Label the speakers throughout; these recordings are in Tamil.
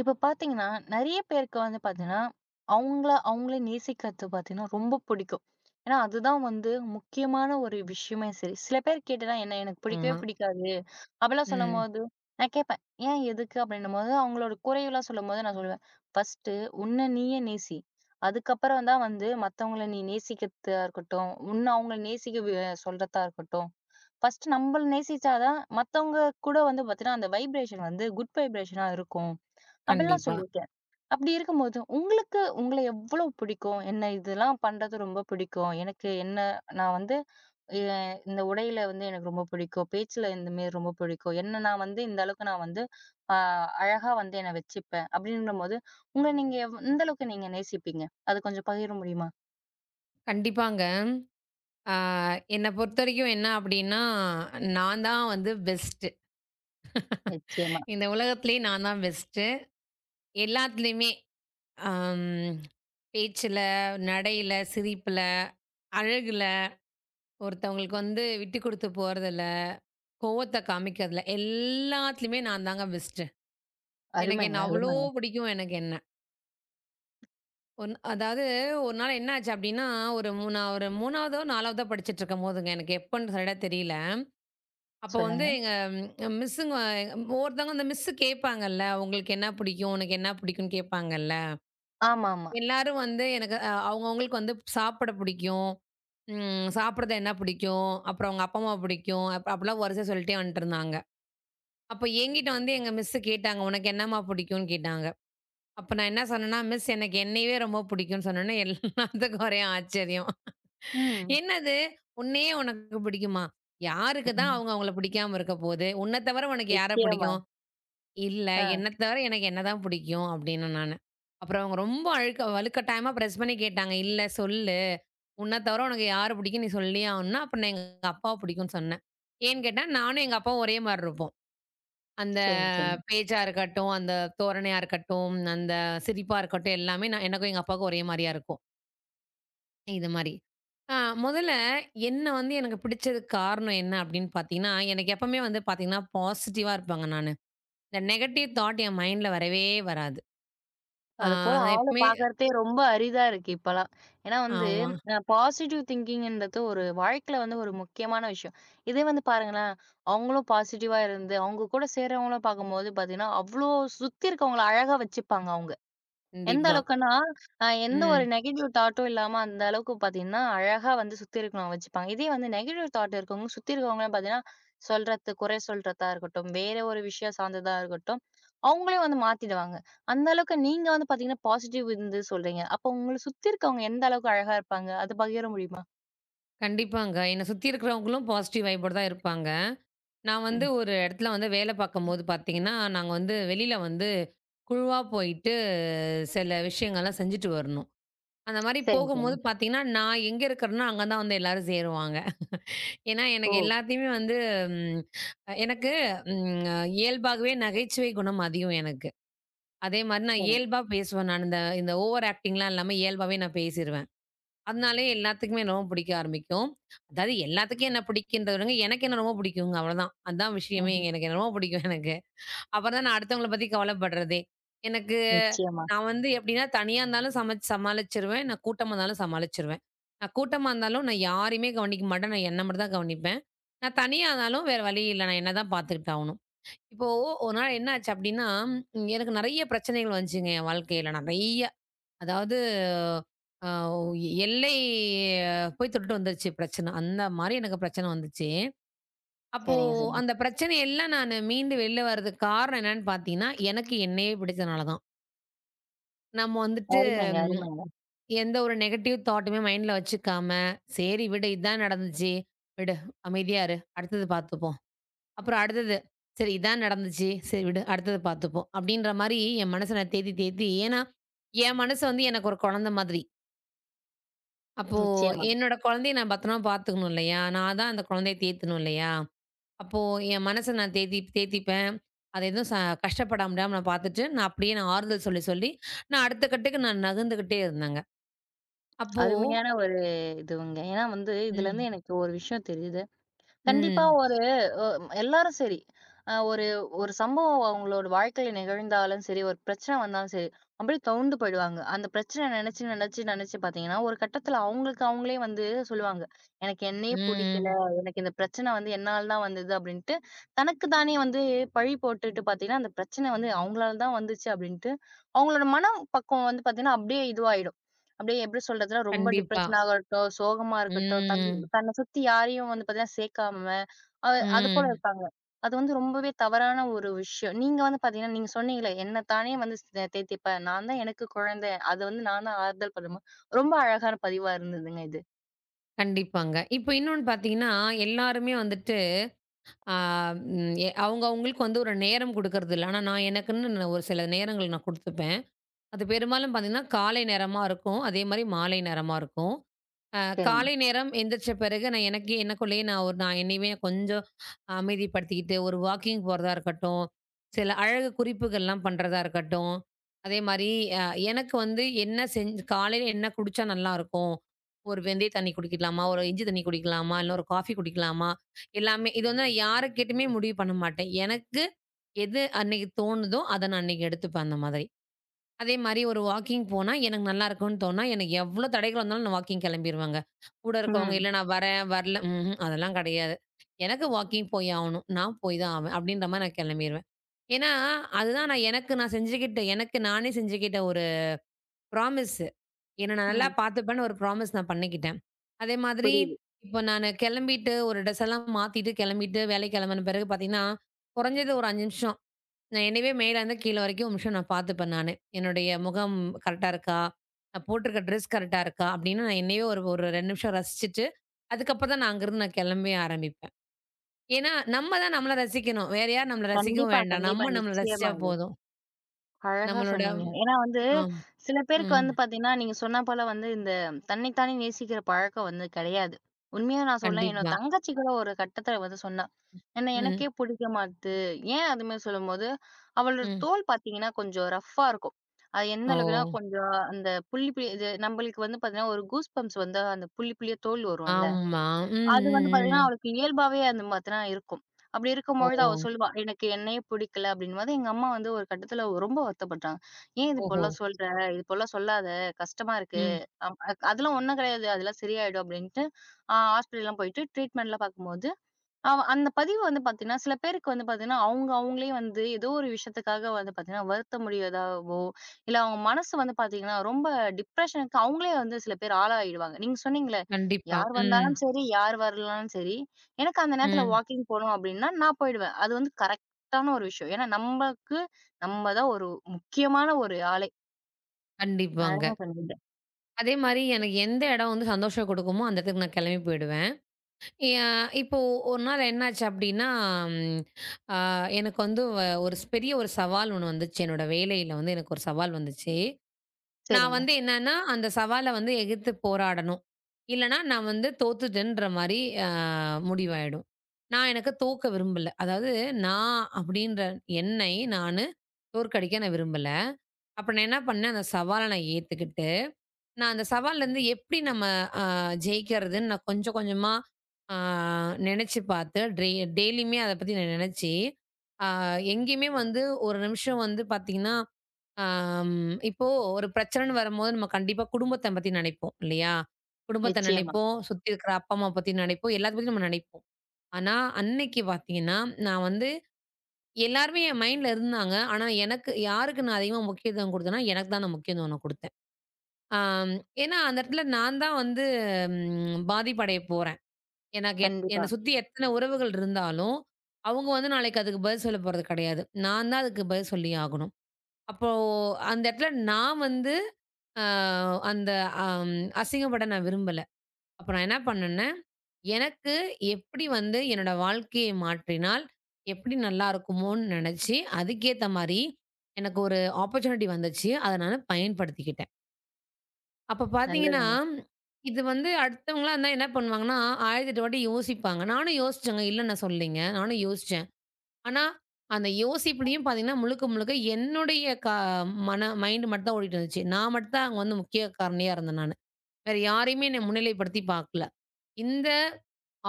Speaker 1: இப்ப பாத்தீங்கன்னா, நெறைய பேருக்கு வந்து பாத்தீங்கன்னா, அவங்கள அவங்களே நேசிக்கிறது பாத்தீங்கன்னா, ரொம்ப பிடிக்கும். ஏன்னா, அதுதான் வந்து முக்கியமான ஒரு விஷயமே சரி. சில பேர் கேட்டலாம் என்ன எனக்கு பிடிக்கவே
Speaker 2: ஆமா.
Speaker 1: பிடிக்காது. அப்பலாம்
Speaker 2: ம்.
Speaker 1: சொல்லும்போது, நான் கேட்பேன். ஏன்? எதுக்கு? அப்படின்னும்போது அவங்களோட குறைவெல்லாம் சொல்லும்போது நான் சொல்லுவேன். ஃபர்ஸ்ட்டு உன்ன நீயே நேசி. அதுக்கப்புறம் தான் வந்து மத்தவங்கள நீ நேசிக்கிறதா இருக்கட்டும். உன்ன அவங்கள நேசிக்க சொல்றதா இருக்கட்டும். ஃபர்ஸ்ட்டு நம்மள நேசிச்சா தான் மத்தவங்க கூட வந்து பாத்தீங்கன்னா, அந்த வைப்ரேஷன் வந்து குட் வைப்ரேஷனா இருக்கும். அப்படிலாம்
Speaker 2: கண்டிப்பா.
Speaker 1: சொல்லியிருக்கேன். அப்படி இருக்கும்போது, உங்களுக்கு உங்கள எவ்வளோ பிடிக்கும்? என்ன இதெல்லாம் பண்றது ரொம்ப பிடிக்கும். எனக்கு என்ன நான் வந்து எ இந்த உடையில வந்து எனக்கு ரொம்ப பிடிக்கும். பேச்சுல இந்த மாரி ரொம்ப பிடிக்கும். என்ன நான் வந்து இந்த அளவுக்கு நான் வந்து அ அழகா வந்து என்ன வச்சுப்பேன். அப்படின்னும்போது, உங்கள நீங்க எந்த அளவுக்கு நீங்க நேசிப்பீங்க? அது கொஞ்சம் பகிர முடியுமா?
Speaker 2: கண்டிப்பாங்க. ஆ என்ன பொறுத்தவரைக்கும் என்ன அப்டின்னா, நான் தான் வந்து பெஸ்ட்டு.
Speaker 1: நிச்சயமா.
Speaker 2: இந்த உலகத்திலேயே நான் தான் பெஸ்ட்டு. எல்லாத்துலயுமே அம் பேச்சுல, நடையில, சிரிப்புல, அழகுல, ஒருத்தவங்களுக்கு வந்து விட்டு குடுத்து போறதுல, கோவத்த காமிக்கிறதுல, எல்லாத்துலயுமே நான் தாங்க பெஸ்ட்டு. எனக்கு
Speaker 1: அருமைங்க,
Speaker 2: என்ன அவ்ளோ
Speaker 1: அருமைங்க.
Speaker 2: பிடிக்கும் எனக்கு என்ன. அதாவது ஒரு நாள் என்ன ஆச்சு அப்டின்னா, ஒரு மூணா ஒரு 3வதோ, 4வதோ படிச்சுட்டு இருக்கும்போதுங்க, எனக்கு எப்பன்னு சரியா தெரியல. அப்போ வந்து
Speaker 1: சொல்லுங்க.
Speaker 2: எங்க மிஸ்ஸுங்க ஒவ்வொருத்தவங்க அந்த மிஸ்ஸு கேட்பாங்கல்ல, உங்களுக்கு என்ன பிடிக்கும்? உனக்கு என்ன பிடிக்கும்ன்னு கேட்பாங்கல்ல.
Speaker 1: ஆமாமா.
Speaker 2: எல்லாரும் வந்து எனக்கு அவங்க அவங்களுக்கு வந்து சாப்பிட பிடிக்கும். சாப்பிடுறது என்ன பிடிக்கும்? அப்புறம் அவங்க அப்பா, அம்மா பிடிக்கும். அப்படிலாம் வரிசையா சொல்லிட்டே வந்துட்டுருந்தாங்க. அப்போ என்கிட்ட வந்து எங்க மிஸ்ஸு கேட்டாங்க, "உனக்கு என்னம்மா பிடிக்கும்ன்னு?" கேட்டாங்க. அப்போ நான் என்ன சொன்னேன்னா, "மிஸ் எனக்கு என்னையவே ரொம்ப பிடிக்கும்ன்னு" சொன்னோனே எல்லாத்துக்கும் ஒரே ஆச்சரியம்.
Speaker 1: ம்.
Speaker 2: "என்னது? உன்னையே உனக்கு பிடிக்குமா? யாருக்கு
Speaker 1: ம்.
Speaker 2: தான்
Speaker 1: ம்.
Speaker 2: அவங்க அவங்கள பிடிக்காம இருக்க போது? உன்ன தவிர உனக்கு யார
Speaker 1: நிச்சயமா.
Speaker 2: பிடிக்கும்?" இல்ல.
Speaker 1: ஆ.
Speaker 2: என்ன தவிர எனக்கு என்ன தான் பிடிக்கும் அப்டின்னே நானு. அப்புறம் அவங்க ரொம்ப அழுக்க வலுக்கட்டாயமா பிரஸ் பண்ணி கேட்டாங்க. "இல்ல சொல்லு. உன்ன தவிர உனக்கு யார பிடிக்கும் நீ சொல்லியே ஆகணும்னா" அப்ப நான் எங்க அப்பாவ பிடிக்கும்னு சொன்னேன். ஏன்னு கேட்டா, நானும் எங்க அப்பாவும் ஒரே மாரி இருப்போம். அந்த
Speaker 1: சரிங்க, சரிங்க.
Speaker 2: பேச்சா இருக்கட்டும், அந்த தோரணையா இருக்கட்டும், அந்த சிரிப்பா இருக்கட்டும் எல்லாமே நான் எனக்கும் எங்க அப்பாவுக்கும் ஒரே மாரியா இருக்கும். இது மாரி. ஆ முதல்ல என்ன வந்து எனக்கு பிடிச்சதுக்கு காரணம் என்ன அப்டின்னு பார்த்தீங்கன்னா, எனக்கு எப்பவுமே வந்து பார்த்தீங்கன்னா பாசிட்டிவா இருப்பாங்க நானு. இந்த நெகட்டிவ் தாட் என் மைண்ட்ல வரவே வராது. ஆ
Speaker 1: அதுபோல
Speaker 2: நான்
Speaker 1: ஆள
Speaker 2: எப்பவுமே
Speaker 1: பார்க்கறதே ரொம்ப அரிதா இருக்கு இப்பலாம். ஏன்னா வந்து
Speaker 2: ஆமா.
Speaker 1: பாசிட்டிவ் திங்கிங்ன்றது ஒரு வாழ்க்கையில வந்து ஒரு முக்கியமான விஷயம். இதே வந்து பாருங்களேன், அவங்களும் பாசிட்டிவா இருந்து, அவங்க கூட சேர்றவங்களும் பார்க்கும்போது பார்த்தீங்கன்னா, அவ்ளோ சுத்தி இருக்கவங்கள அழகா வச்சுப்பாங்க அவங்க. எந்த
Speaker 2: கண்டிப்பா.
Speaker 1: அளவுக்குன்னா, எந்த ஒரு
Speaker 2: ம்.
Speaker 1: நெகட்டிவ் தாட்டும் இல்லாம அந்த அளவுக்கு பார்த்தீங்கன்னா, அழகா வந்து சுத்தி இருக்கிறவங்க வச்சுப்பாங்க. இதே வந்து நெகட்டிவ் தாட் இருக்கவங்க, சுத்தி இருக்கவங்கலாம் பார்த்தீங்கன்னா, சொல்றது குறை சொல்றதா இருக்கட்டும், வேற ஒரு விஷயம் சார்ந்ததா இருக்கட்டும், அவங்களே வந்து மாத்திடுவாங்க. அந்த அளவுக்கு நீங்க வந்து பார்த்தீங்கன்னா, பாசிட்டிவ் இருந்து சொல்றீங்க. அப்போ உங்கள சுத்தி இருக்கவங்க எந்த அளவுக்கு அழகா இருப்பாங்க? அத பகிர முடியுமா?
Speaker 2: கண்டிப்பாங்க. என்ன சுத்தி இருக்கிறவங்களும் பாசிட்டிவ் வைபோட தான் இருப்பாங்க. நான் வந்து
Speaker 1: ம்.
Speaker 2: ஒரு இடத்துல வந்து வேலை பார்க்கும்போது பார்த்தீங்கன்னா, நாங்க வந்து வெளியில வந்து குழுவா போயிட்டு சில விஷயங்கள்லாம் செஞ்சுட்டு வரணும். அந்த மாரி
Speaker 1: சரிங்க,
Speaker 2: போகும்போது
Speaker 1: சரிங்க.
Speaker 2: பார்த்தீங்கன்னா, நான் எங்க இருக்கிறேனோ அங்க தான் வந்து எல்லாரும் சேருவாங்க. ஏன்னா,
Speaker 1: ஓ!
Speaker 2: எனக்கு எல்லாத்தையுமே வந்து ம் எனக்கு ம் இயல்பாகவே நகைச்சுவை குணம் அதிகம் எனக்கு. அதே மாரி நான்
Speaker 1: சரிங்க.
Speaker 2: இயல்பா பேசுவேன் நான். இந்த இந்த ஓவர் ஆக்டிங்லாம் இல்லாம இயல்பாவே நான் பேசிருவேன். அதனாலயே எல்லாத்துக்குமே என்னமோ பிடிக்க ஆரம்பிக்கும். அதாவது எல்லாத்துக்கும் என்ன பிடிக்குன்றத விடங்க, எனக்கு என்ன ரொம்ப பிடிக்குங்க அவ்வளதான். அதான் விஷயமே.
Speaker 1: ம்ஹ்ம்.
Speaker 2: எனக்கு என்னமோ பிடிக்கும் எனக்கு. அப்புறம் தான் நான் அடுத்தவங்கள பத்தி கவலைப்படுறதே. எனக்கு
Speaker 1: நிச்சயமா.
Speaker 2: நான் வந்து எப்படின்னா, தனியா இருந்தாலும் சமைச்சு சமாளிச்சுருவேன். நான் கூட்டமா இருந்தாலும் சமாளிச்சுருவேன். நான் கூட்டமா இருந்தாலும் நான் யாரையுமே கவனிக்க மாட்டேன். நான் என்ன மட்டும் தான் கவனிப்பேன். நான் தனியா இருந்தாலும் வேற வழி இல்ல. நான் என்ன தான் பார்த்துக்கிட்டு ஆகணும். இப்போ ஒரு நாள் என்ன ஆச்சு அப்டின்னா, எனக்கு நெறைய பிரச்சனைகள் வந்துச்சுங்க என் வாழ்க்கையில நெறைய. அதாவது அ எல்லை போய் தொட்டுட்டு வந்துருச்சு பிரச்சனை. அந்த மாரி எனக்கு பிரச்சனை வந்துச்சு. அப்போ
Speaker 1: சரிங்க, சரிங்க.
Speaker 2: அந்த பிரச்சனையெல்லாம் நானு மீண்டு வெளில வர்றதுக்கு காரணம் என்னன்னு பார்த்தீங்கன்னா, எனக்கு என்னையே பிடிச்சனால தான். நம்ம வந்துட்டு
Speaker 1: அருமைங்க,
Speaker 2: ம்
Speaker 1: அருமைங்க.
Speaker 2: எந்த ஒரு நெகட்டிவ் தாட்டுமே மைண்ட்ல வச்சுக்காம, "சரி விடு இதான் நடந்துச்சு. விடு அமைதியா இரு. அடுத்தது பார்த்துப்போம்." அப்புறம் அடுத்தது, சரி இதான் நடந்துச்சு. சரி விடு அடுத்தது பார்த்துப்போம். அப்படின்ற மாரி என் மனச நான் தேத்தி தேத்தி ஏன்னா, என் மனசு வந்து எனக்கு ஒரு குழந்தை மாதிரி. அப்போ
Speaker 1: நிச்சயமா.
Speaker 2: என்னோட குழந்தைய நான் பத்திரமா பார்த்துக்கணும் இல்லையா? நான் தான் அந்த குழந்தைய தேத்தணும் இல்லையா? அப்போ என் மனச நான் தேத்தி தேத்திப்பேன். அது எதுவும் கஷ்டப்பட விடாம நான் பார்த்துட்டு, நான் அப்படியே நான் ஆறுதல் சொல்லி சொல்லி நான் அடுத்த கட்டக்கு நான் நகர்ந்துகிட்டே இருந்தேங்க. அப்போ
Speaker 1: அருமையான ஒரு இதுவுங்க. ஏன்னா வந்து
Speaker 2: ம்,
Speaker 1: இதுலருந்து எனக்கு ஒரு விஷயம் தெரியுது. கண்டிப்பா
Speaker 2: ம்,
Speaker 1: ஒரு அ எல்லாரும் சரி. அ ஒரு ஒரு சம்பவம் அவங்களோட வாழ்க்கையில நிகழ்ந்தாலும் சரி, ஒரு பிரச்சனை வந்தாலும் சரி, அப்படியே துவண்டு போயிடுவாங்க. அந்த பிரச்சனை நெனச்சு, நெனச்சு, நெனச்சு பாத்தீங்கன்னா, ஒரு கட்டத்துல அவங்களுக்கு அவங்களே வந்து சொல்லுவாங்க. எனக்கு என்னையே புடிக்கல.
Speaker 2: ம்.
Speaker 1: எனக்கு இந்த பிரச்சனை வந்து என்னால தான் வந்தது அப்படின்ட்டு, தனக்கு தானே வந்து பழி போட்டுட்டு பாத்தீங்கன்னா, அந்த பிரச்சனை வந்து அவங்களால தான் வந்துச்சு அப்படின்ட்டு, அவங்களோட மனம் பக்குவம் வந்து பாத்தீங்கன்னா, அப்படியே இதுவாயிடும். அப்படியே எப்படி சொல்றதுன்னா, ரொம்ப
Speaker 2: கண்டிப்பா.
Speaker 1: டிப்ரஷன் ஆகட்டும், சோகமா இருக்கட்டும்,
Speaker 2: ம்,
Speaker 1: தன்ன சுத்தி யாரையும் வந்து பாத்தீங்கன்னா சேர்க்காம, அ அது போல
Speaker 2: ம்.
Speaker 1: இருப்பாங்க. அது வந்து ரொம்பவே தவறான ஒரு விஷயம். நீங்க வந்து பாத்தீங்கன்னா, நீங்க சொன்னீங்கல்ல, "என்ன தானே வந்து தேத்திப்பேன். நான் தான் எனக்கு குழந்தை. அது வந்து நான் தான் ஆறுதல் படும்போது" ரொம்ப அழகான பதிவா இருந்ததுங்க இது.
Speaker 2: கண்டிப்பாங்க. இப்போ இன்னொன்னு பார்த்தீங்கன்னா, எல்லாருமே வந்துட்டு ஆ, ம் எ அவங்க அவங்களுக்கு வந்து ஒரு நேரம் குடுக்குறதில்ல. ஆனா நான் எனக்குன்னு நான் ஒரு சில நேரங்கள் நான் குடுத்துப்பேன். அது பெரும்பாலும் பார்த்தீங்கன்னா, காலை நேரமா இருக்கும். அதேமாரி மாலை நேரமா இருக்கும். அ
Speaker 1: சரிங்க.
Speaker 2: காலை நேரம் எந்திரிச்ச பிறகு நான் எனக்கு எனக்குள்ளேயே நான் ஒரு நான் என்னையவே கொஞ்சம் அமைதிப்படுத்திக்கிட்டு, ஒரு வாக்கிங் போறதா இருக்கட்டும், சில அழகு குறிப்புகள்லாம் பண்றதா இருக்கட்டும். அதே மாரி அ எனக்கு வந்து என்ன செஞ் காலையில என்ன குடிச்சா நல்லாருக்கும்? ஒரு வெந்தய தண்ணி குடிக்கலாமா? ஒரு இஞ்சி தண்ணி குடிக்கலாமா? இல்ல ஒரு காஃபி குடிக்கலாமா? எல்லாமே இது வந்து நான் யார கேட்டுமே முடிவு பண்ண மாட்டேன். எனக்கு எது அன்னைக்கு தோணுதோ, அத நான் அன்னைக்கு எடுத்துப்பேன் அந்த மாதிரி. அதே மாரி ஒரு வாக்கிங் போனா, எனக்கு நல்லாருக்கும்ன்னு தோணுனா, எனக்கு எவ்ளோ தடைகள் வந்தாலும் நான் வாக்கிங் கெளம்பிருவேங்க. கூட இருக்கவங்க,
Speaker 1: ம்.
Speaker 2: "இல்ல நான் வரேன், வரல" ம்ஹ்ம். அதெல்லாம் கெடையாது. எனக்கு வாக்கிங் போய் ஆவணும். நான் போய் தான் ஆவேன். அப்படின்ற மாரி நான் கெளம்பிருவேன். ஏன்னா, அதுதான் நான் எனக்கு நான் செஞ்சுக்கிட்ட எனக்கு நானே செஞ்சுக்கிட்ட ஒரு ப்ராமிஸு. என்ன நான் நல்லா
Speaker 1: ம்.
Speaker 2: பாத்துப்பேன்னு ஒரு ப்ராமிஸ் நான் பண்ணிக்கிட்டேன். அதே மாதிரி
Speaker 1: புரியுது.
Speaker 2: இப்போ நானு கெளம்பிட்டு ஒரு ட்ரெஸ் எல்லாம் மாத்திட்டு, கெளம்பிட்டு வேலைக்கு கெளம்புன பிறகு பாத்தீங்கன்னா, குறைஞ்சது ஒரு 5 நிமிஷம் நான் என்னையவே மேலேருந்து கீழ வரைக்கும் ஒரு நிமிஷம் நான் பார்த்துப்பேன் நானு. என்னுடைய முகம் கரெக்ட்டா இருக்கா? நான் போட்டிருக்க ட்ரெஸ் கரெக்ட்டா இருக்கா? அப்படின்னு நான் என்னையே ஒரு ஒரு 2 நிமிஷம் ரசிச்சுட்டு, அதுக்கப்புறம் தான் நான் அங்கருந்து நான் கிளம்பவே ஆரம்பிப்பேன். ஏன்னா, நம்ம தான் நம்மள ரசிக்கணும். வேற யாரும் நம்மள ரசிக்கவும்
Speaker 1: கண்டிப்பா,
Speaker 2: வேண்டாம்.
Speaker 1: கண்டிப்பா.
Speaker 2: நம்ம நம்மள ரசிச்சா
Speaker 1: நிச்சயமா.
Speaker 2: போதும்.
Speaker 1: அழகா
Speaker 2: நம்மளோட
Speaker 1: சொன்னீங்க. ஏன்னா வந்து,
Speaker 2: ஆம்.
Speaker 1: சில பேருக்கு
Speaker 2: ம்.
Speaker 1: வந்து பாத்தீங்கன்னா, நீங்க சொன்னா போல வந்து இந்த தன்னைத்தானே நேசிக்கிற பழக்கம் வந்து கிடையாது. உண்மையா நான் சொல்லேன், என்னோட
Speaker 2: கண்டிப்பா.
Speaker 1: தங்கச்சி கூட ஒரு கட்டத்துல வந்து சொன்னா. என்ன
Speaker 2: ம்.
Speaker 1: எனக்கே பிடிக்க மாட்டுது. ஏன் அது மாரி சொல்லும்போது, அவளோட
Speaker 2: ம்.
Speaker 1: தோல் பாத்தீங்கன்னா கொஞ்சம் ரஃப்பா இருக்கும். அது எந்த
Speaker 2: ஓ!
Speaker 1: அளவுக்குன்னா, கொஞ்சம் அந்த புள்ளி புள்ளி இது நம்மளுக்கு வந்து பாத்தீங்கன்னா, ஒரு கூஸ் பம்ப்ஸ் வந்து அந்த புள்ளி புள்ளியா தோல் வரும்ல.
Speaker 2: ஆமா. ம்,
Speaker 1: அது வந்து
Speaker 2: ம்,
Speaker 1: பாத்தீங்கன்னா,
Speaker 2: ம்.
Speaker 1: அவளுக்கு இயல்பாவே அந்த மாதிரிதான் இருக்கும். அப்படி
Speaker 2: ஓ!
Speaker 1: இருக்கும்பொழுது அவ சொல்லுவா, "எனக்கு என்னையே பிடிக்கல" அப்படின்னும்போது, எங்க அம்மா வந்து ஒரு கட்டத்துல ரொம்ப வருத்தப்பட்டாங்க. "ஏன் இது
Speaker 2: ஓஹோ!
Speaker 1: போலலாம் சொல்ற? இது போலலாம் சொல்லாத, கஷ்டமா இருக்கு.
Speaker 2: ம்.
Speaker 1: அதெல்லாம் ஒண்ணும் கிடையாது. அதெல்லாம் சரியாயிடும்" அப்படின்ட்டு, ஆ ஹாஸ்பிட்டல்லாம் போயிட்டு ட்ரீட்மெண்ட்லாம் பாக்கும்போது அவ அந்த பதிவு வந்து பாத்தீங்கன்னா, சில பேருக்கு வந்து பாத்தீங்கன்னா, அவங்க அவங்களே வந்து ஏதோ ஒரு விஷயத்துக்காக வந்து பாத்தீங்கன்னா, வருத்த முடியதாவோ, இல்ல அவங்க மனசு வந்து பாத்தீங்கன்னா, ரொம்ப டிப்ரஷனுக்கு அவங்களே வந்து சில பேர் ஆளாயிடுவாங்க. நீங்க சொன்னீங்களே,
Speaker 2: கண்டிப்பா.
Speaker 1: யார்
Speaker 2: ம்.
Speaker 1: வந்தாலும் சரி, யார் வரலனாலும் சரி, எனக்கு அந்த நேரத்துல
Speaker 2: ம்.
Speaker 1: வாக்கிங் போணும் அப்டின்னா, நான் போயிடுவேன். அது வந்து கரெக்ட்டான ஒரு விஷயம். ஏன்னா, நம்ம தான் ஒரு முக்கியமான ஒரு ஆளே.
Speaker 2: கண்டிப்பாங்க.
Speaker 1: அழகா சொன்னீங்க.
Speaker 2: அதே மாரி எனக்கு எந்த இடம் வந்து சந்தோஷம் குடுக்குமோ, அந்த இடத்துக்கு நான் கெளம்பி போயிடுவேன். ய இப்போ ஒரு நாள் என்னாச்சு அப்டின்னா, ம் அ எனக்கு வந்து வ ஒரு ஸ் பெரிய ஒரு சவால் ஒண்ணு வந்துச்சு. என்னோட வேலையில வந்து எனக்கு ஒரு சவால் வந்துச்சு. நான்
Speaker 1: சரிங்க.
Speaker 2: வந்து என்னன்னா, அந்த சவால வந்து எதிர்த்து போராடணும். இல்லன்னா, நான் வந்து தோத்துட்டேன்ற மாரி அ முடிவாயிடும். நான் எனக்கு தோக்க விரும்பல. அதாவது நான் அப்டின்ற என்னை நானு தோற்கடிக்க நான் விரும்பல. அப்ப நான் என்ன பண்ணேன், அந்த சவால நான் ஏத்துக்கிட்டு நான் அந்த சவால்லருந்து எப்படி நம்ம அ ஜெயிக்கிறதுன்னு நான் கொஞ்சம் கொஞ்சமா ஆ நெனச்சு பார்த்து, டெய்லியுமே அத பத்தி நான் நெனச்சு, ஆ எங்கேயுமே வந்து ஒரு நிமிஷம் வந்து பார்த்தீங்கன்னா, அம் இப்போ ஒரு பிரச்சனைன்னு வரும்போது நம்ம கண்டிப்பா குடும்பத்த பத்தி நெனைப்போம் இல்லையா? குடும்பத்த
Speaker 1: நிச்சயமா.
Speaker 2: நெனைப்போம், சுத்தி இருக்கிற அப்பா, அம்மா பத்தி நெனைப்போம், எல்லாத்த பத்தியும் நம்ம நெனைப்போம். ஆனா, அன்னைக்கு பார்த்தீங்கன்னா, நான் வந்து எல்லாருமே என் மைண்ட்ல இருந்தாங்க. ஆனா, எனக்கு யாருக்கு நான் அதிகமா முக்கியத்துவம் குடுத்தேன்னா, எனக்கு தான் நான் முக்கியத்துவம் நான் குடுத்தேன். ஆம். ஏன்னா, அந்த இடத்துல நான் தான் வந்து பாதிப்படைய போறேன். எனக்கு
Speaker 1: கண்டிப்பா.
Speaker 2: என்ன சுத்தி எத்தன உறவுகள் இருந்தாலும், அவங்க வந்து நாளைக்கு அதுக்கு பதில் சொல்ல போறது கிடையாது. நான் தான் அதுக்கு பதில் சொல்லியே ஆகணும். அப்போ அந்த இடத்துல நான் வந்து அ அந்த அம் அசிங்கப்பட நான் விரும்பல. அப்ப நான் என்ன பண்ணேன்னா, எனக்கு எப்படி வந்து என்னோட வாழ்க்கையை மாற்றினால், எப்படி நல்லா இருக்குமோன்னு நெனச்சு, அதுக்கேத்த மாரி எனக்கு ஒரு ஆப்பர்ச்சுனிட்டி வந்துச்சு. அத நானு பயன்படுத்திக்கிட்டேன். அப்ப பார்த்தீங்கன்னா,
Speaker 1: நல்லதுங்க.
Speaker 2: இது வந்து அடுத்தவங்களா இருந்தா என்ன பண்ணுவாங்கன்னா, 1008 வாட்டி யோசிப்பாங்க. நானும் யோசிச்சேங்க. இல்லன்னு நான் சொல்லலைங்க. நானும் யோசிச்சேன். ஆனா, அந்த யோசிப்புலயும் பார்த்தீங்கன்னா, முழுக்க முழுக்க என்னுடைய மன மைண்ட் மட்டும் தான் ஓடிட்டு இருந்துச்சு. நான் மட்டும் தான் அங்க வந்து முக்கிய காரணியா இருந்தேன் நானு. வேற யாரையுமே என்ன முன்னிலைப்படுத்தி பார்க்கல. இந்த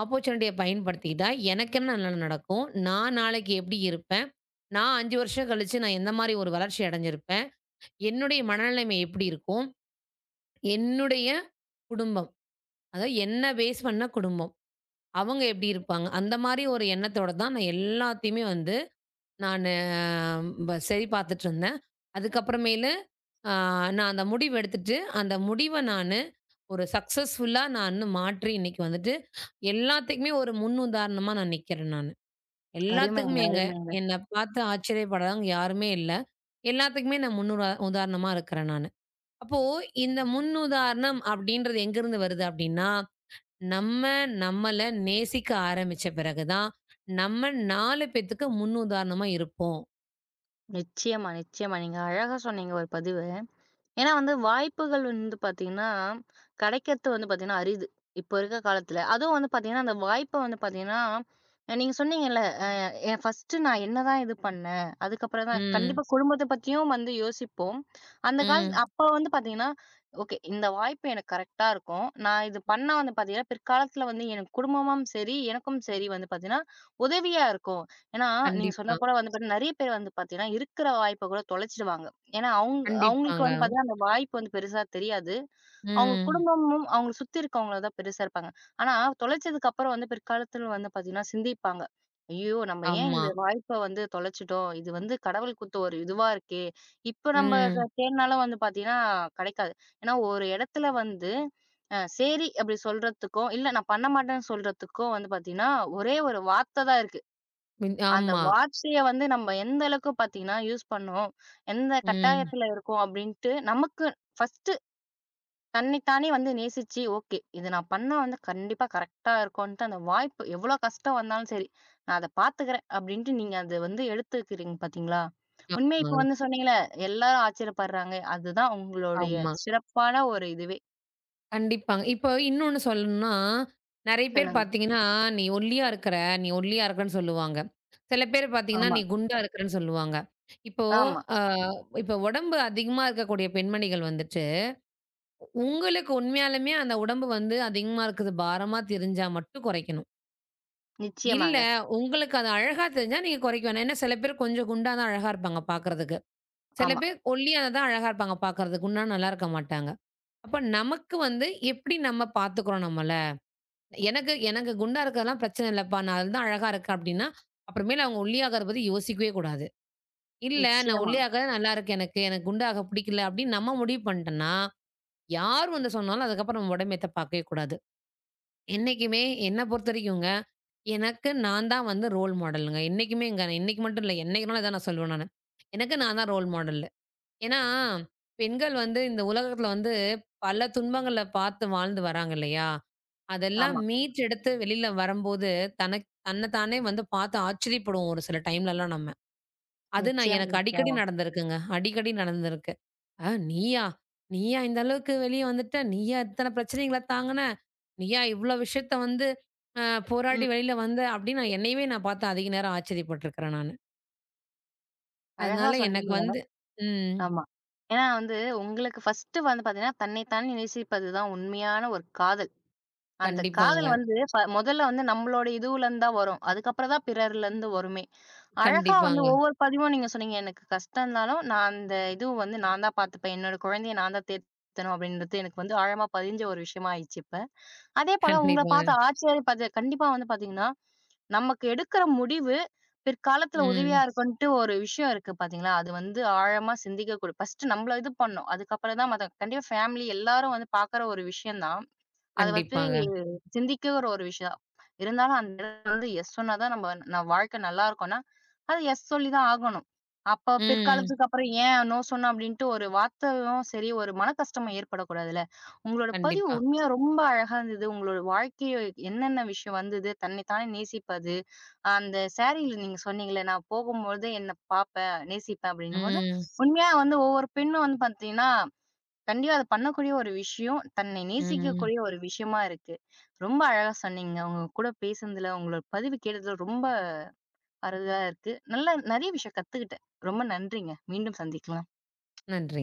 Speaker 2: ஆப்பர்ட்சூனிட்டிய பயன்படுத்திக்கிட்டா, எனக்கு என்ன நல்லது நடக்கும்? நான் நாளைக்கு எப்படி இருப்பேன்? நான் 5 வருஷம் கழிச்சு நான் எந்த மாரி ஒரு வளர்ச்சி அடைஞ்சிருப்பேன்? என்னுடைய மனநிலைமை எப்படி இருக்கும்? என்னுடைய குடும்பம் அதாவது என்ன பேஸ் பண்ண குடும்பம். அவங்க எப்படி இருப்பாங்க? அந்த மாரி ஒரு எண்ணத்தோட தான் நான் எல்லாத்தையுமே வந்து நானு சரி பார்த்துட்டுருந்தேன். அதுக்கப்புறமேலு அ நான் அந்த முடிவு எடுத்துட்டு, அந்த முடிவ நானு ஒரு சக்சஸ்ஃபுல்லா நானு மாற்றி இன்னைக்கு வந்துட்டு எல்லாத்துக்குமே ஒரு முன் உதாரணமா நான் நிக்கிறேன் நானு.
Speaker 1: அருமைங்க,
Speaker 2: எல்லாத்துக்குமேங்க.
Speaker 1: அருமைங்க.
Speaker 2: என்ன பார்த்து ஆச்சரியப்படாதவங்க யாருமே இல்ல. எல்லாத்துக்குமே நான் முன்னுரா உதாரணமா இருக்கிறேன் நானு. அப்போ இந்த முன்னுதாரணம் அப்படின்றது எங்கருந்து வருது அப்படின்னா நம்ம நம்மள நேசிக்க ஆரம்பிச்ச பிறகு தான், நம்ம 4 பேத்துக்கு முன்னுதாரணமா இருப்போம்.
Speaker 1: நிச்சயமா, நிச்சயமா. நீங்க அழகா சொன்னீங்க ஒரு பதிவு. ஏன்னா வந்து வாய்ப்புகள் வந்து பார்த்தீங்கன்னா, கெடைக்கிறது வந்து பார்த்தீங்கன்னா அரிது. இப்போ இருக்க காலத்துல. அதுவும் வந்து பார்த்தீங்கன்னா, அந்த வாய்ப்ப வந்து பார்த்தீங்கன்னா, நீங்க சொன்னீங்கல்ல, "என் ஃபர்ஸ்ட்டு நான் என்னதான் இது பண்ணேன்?" அதுக்கப்புறம் தான்
Speaker 2: ம்.
Speaker 1: கண்டிப்பா குடும்பத்த பத்தியும் வந்து யோசிப்போம். அந்த கால
Speaker 2: ம்.
Speaker 1: அப்ப வந்து பார்த்தீங்கன்னா, "ஓகே. இந்த வாய்ப்பு எனக்கு கரெக்ட்டா இருக்கும். நான் இது பண்ணா வந்து பார்த்தீங்கன்னா, பிற்காலத்துல வந்து எனக்கு குடும்பமும் சரி, எனக்கும் சரி வந்து பார்த்தீங்கன்னா, உதவியா இருக்கும்." ஏன்னா, நீங்க சொன்ன
Speaker 2: கண்டிப்பா.
Speaker 1: போல வந்து பார்த்தீங்கன்னா, நெறைய பேர் வந்து பார்த்தீங்கன்னா, இருக்கிற வாய்ப்ப கூட தொலைச்சிடுவாங்க. ஏன்னா, அவுங்க அவுங்களுக்கு
Speaker 2: கண்டிப்பாங்க.
Speaker 1: வந்து பார்த்தீங்கன்னா, அந்த வாய்ப்பு வந்து பெருசா தெரியாது. அவுங்க
Speaker 2: ம்.
Speaker 1: குடும்பமும், அவுங்கள சுத்தி இருக்கவங்கள தான் பெருசா இருப்பாங்க. ஆனா, தொலைச்சதுக்கு அப்புறம் வந்து பிற்காலத்துல வந்து பார்த்தீங்கன்னா, சிந்திப்பாங்க. ஐயோ! நம்ம ஏன்
Speaker 2: ஆமா.
Speaker 1: இந்த வாய்ப்ப வந்து தொலைச்சுட்டோம்? இது வந்து கடவுள் குடுத்த ஒரு இதுவா இருக்கே! இப்ப நம்ம
Speaker 2: ம்.
Speaker 1: தேடுனாலும் வந்து பார்த்தீங்கன்னா, கிடைக்காது. ஏன்னா, ஒரு இடத்துல வந்து சரி அப்டி சொல்றதுக்கும், இல்ல நான் பண்ண மாட்டேன்னு சொல்றதுக்கும் வந்து பார்த்தீங்கன்னா, ஒரே ஒரு வார்த்த தான் இருக்கு.
Speaker 2: மின்
Speaker 1: அந்த
Speaker 2: ஆமா.
Speaker 1: வார்த்தைய வந்து நம்ம எந்த அளவுக்கு பார்த்தீங்கன்னா, யூஸ் பண்ணோம். எந்த
Speaker 2: ம்.
Speaker 1: கட்டாயத்துல இருக்கோம் அப்டின்ட்டு நமக்கு ஃபர்ஸ்ட்டு தன்னைத்தானே வந்து நேசிச்சு, ஓகே. இது நான் பண்ணா வந்து கண்டிப்பா கரெக்ட்டா இருக்கும்ன்ட்டு அந்த வாய்ப்பு எவ்ளோ கஷ்டம் வந்தாலும் சரி, நான் அத பார்த்துக்கிறேன் அப்டின்ட்டு நீங்க அத வந்து எடுத்துக்கிறீங்க பார்த்தீங்களா? உண்மையா
Speaker 2: ஆமா,
Speaker 1: இப்ப வந்து சொன்னீங்கல்ல, எல்லாரும் ஆச்சரியப்படுறாங்க. அதுதான் உங்களுடைய
Speaker 2: ஆமா.
Speaker 1: சிறப்பான ஒரு இதுவே.
Speaker 2: கண்டிப்பாங்க. இப்போ இன்னொன்னு சொல்லணும்னா, நெறைய பேர்
Speaker 1: சொல்லுங்க.
Speaker 2: பார்த்தீங்கன்னா, "நீ ஒல்லியா இருக்கிற, நீ ஒல்லியா இருக்கிறன்னு" சொல்லுவாங்க. சில பேர் பார்த்தீங்கன்னா,
Speaker 1: ஆமா,
Speaker 2: "நீ குண்டா இருக்கிறன்னு" சொல்லுவாங்க. இப்போ,
Speaker 1: ஆமா.
Speaker 2: அ இப்போ உடம்பு அதிகமா இருக்கக்கூடிய பெண்மணிகள் வந்துட்டு உங்களுக்கு உண்மையாலுமே அந்த உடம்பு வந்து அதிகமா இருக்குது, பாரமா தெரிஞ்சா மட்டும் குறைக்கணும். இல்ல,
Speaker 1: நிச்சயமாங்க.
Speaker 2: உங்களுக்கு அது அழகா தெரிஞ்சா நீங்க குறைக்க வேணாம். ஏன்னா சில பேர் கொஞ்சம் குண்டா தான் அழகா இருப்பாங்க பாக்குறதுக்கு. சில
Speaker 1: ஆமா.
Speaker 2: பேர் ஒல்லியா தான் அழகா இருப்பாங்க பாக்குறதுக்கு. குண்டா நல்லா இருக்க மாட்டாங்க. அப்ப நமக்கு வந்து எப்படி நம்ம பாத்துக்கிறோம் நம்மள? எனக்கு எனக்கு குண்டா இருக்கிறதெல்லாம் பிரச்சனை இல்லப்பா. நான் அதுல தான் அழகா இருக்கேன் அப்படின்னா, அப்புறமேல் அவங்க ஒல்லியாகறத பத்தி யோசிக்கவே கூடாது. இல்ல நான்
Speaker 1: நிச்சயமா.
Speaker 2: ஒல்லியாகறது நல்லா இருக்கு எனக்கு. எனக்கு குண்டாக பிடிக்கல அப்படின்னு நம்ம முடிவு பண்ணிட்டோம்னா, யார் வந்து சொன்னாலும் அதுக்கப்புறம் நம்ம உடம்ப ஏத்த பாக்கவே கூடாது. என்னைக்குமே என்ன பொறுத்தவரைக்குங்க, எனக்கு நான் தான் வந்து ரோல் மாடலுங்க. என்னைக்குமேங்க. இன்னைக்கு மட்டும் இல்ல. என்னைக்குனாலும் இதான் நான் சொல்லுவேன் நானு. எனக்கு நான் தான் ரோல் மாடலு. ஏன்னா, பெண்கள் வந்து இந்த உலகத்துல வந்து பல துன்பங்கள பார்த்து வாழ்ந்து வராங்க இல்லையா? அதெல்லாம்
Speaker 1: ஆமா.
Speaker 2: மீட்டெடுத்து வெளில வரம்போது, தன்ன தானே வந்து பார்த்து ஆச்சரியப்படுவோம் ஒரு சில டைம்லலாம் நம்ம. அது நான்
Speaker 1: நிச்சயமா,
Speaker 2: எனக்கு அடிக்கடி
Speaker 1: நிச்சயமா.
Speaker 2: நடந்திருக்குங்க. அடிக்கடி நடந்திருக்கு. நீயா? நீயா இந்த அளவுக்கு வெளிய வந்துட்ட? நீயா இத்தன பிரச்சனைகள தாங்குன? நீயா இவ்ளோ விஷயத்த வந்து அ
Speaker 1: ம்.
Speaker 2: போராடி வெளில வந்த? அப்படின்னு நான் என்னையவே நான் பார்த்து அதிக நேரம் ஆச்சரியப்பட்டுருக்கிறேன் நானு.
Speaker 1: அழகா
Speaker 2: அதனால எனக்கு
Speaker 1: சொன்னீங்க.
Speaker 2: வந்து ம்.
Speaker 1: ஆமா. ஏன்னா வந்து உங்களுக்கு ஃபர்ஸ்ட்டு வந்து பார்த்தீங்கன்னா, தன்னைத்தானே நேசிப்பது தான் உண்மையான ஒரு காதல். அந்த
Speaker 2: கண்டிப்பாங்க,
Speaker 1: காதல் வந்து முதல்ல வந்து நம்மளோட இதுவுலருந்து தான் வரும். அதுக்கப்புறம் தான் பிறர்லருந்து வருமே. அழகா வந்து
Speaker 2: கண்டிப்பாங்க,
Speaker 1: ஒவ்வொரு பதிவும் நீங்க சொன்னீங்க. எனக்கு கஷ்டம்னாலும் நான் அந்த இதுவு வந்து நான் தான் பார்த்துப்பேன். என்னோட குழந்தைய நான் தான் தேத்தணும் அப்படின்றது எனக்கு வந்து ஆழமா பதிஞ்ச ஒரு விஷயமா ஆயிடுச்சு இப்ப. அதே போல உங்கள பார்த்து
Speaker 2: கண்டிப்பாங்க.
Speaker 1: ஆச்சரியப்பது கண்டிப்பா வந்து பார்த்தீங்கன்னா, நமக்கு எடுக்கிற முடிவு பிற்காலத்துல உதவியா
Speaker 2: ம்.
Speaker 1: இருக்குன்ட்டு ஒரு விஷயம் இருக்கு பார்த்தீங்களா? அது வந்து ஆழமா சிந்திக்க ஃபர்ஸ்ட்டு நம்மள இது பண்ணும். அதுக்கப்புறம் தான் மத்த கண்டிப்பா ஃபேமிலி எல்லாரும் வந்து பார்க்குற ஒரு விஷயம் தான். அது வந்து
Speaker 2: கண்டிப்பாங்க.
Speaker 1: சிந்திக்கிற ஒரு விஷயம். இருந்தாலும் அந்த இடத்துல வந்து எஸ் சொன்னா தான் நம்ம நான் வாழ்க்கை நல்லா இருக்கும்னா, அது எஸ் சொல்லி தான் ஆகணும். அப்ப
Speaker 2: ம்.
Speaker 1: பிற்காலத்துக்கு அப்புறம் ஏன் நோ சொன்னோம் அப்டின்ட்டு ஒரு வார்த்தையும் சரி, ஒரு மனக்கஷ்டமும் ஏற்படக்கூடாதுல்ல. உங்களோட பதிவு
Speaker 2: கண்டிப்பா.
Speaker 1: உண்மையா ரொம்ப அழகா இருந்தது. உங்களோட வாழ்க்கைய என்னென்ன விஷயம் வந்தது, தன்னை தானே நேசிப்பது, அந்த சாரீல நீங்க சொன்னீங்கல்ல, நான் போகும்போது என்ன பாப்பேன், நேசிப்பேன் அப்டின்னும்போது,
Speaker 2: ம்.
Speaker 1: உண்மையா வந்து ஒவ்வொரு பெண்ணும் வந்து பார்த்தீங்கன்னா கண்டிப்பா அது பண்ணக்கூடிய ஒரு விஷயம். தன்னை
Speaker 2: ம்.
Speaker 1: நேசிக்கக்கூடிய ஒரு விஷயமா இருக்கு. ரொம்ப அழகா சொன்னீங்க. உங்க கூட பேசுனதுல, உங்களோட பதிவு கேட்டதுல ரொம்ப அருமையா இருக்கு. நல்லா நெறைய விஷயம் கத்துக்கிட்டேன். ரொம்ப நன்றிங்க. மீண்டும் சந்திக்கலாம்.
Speaker 2: நன்றி.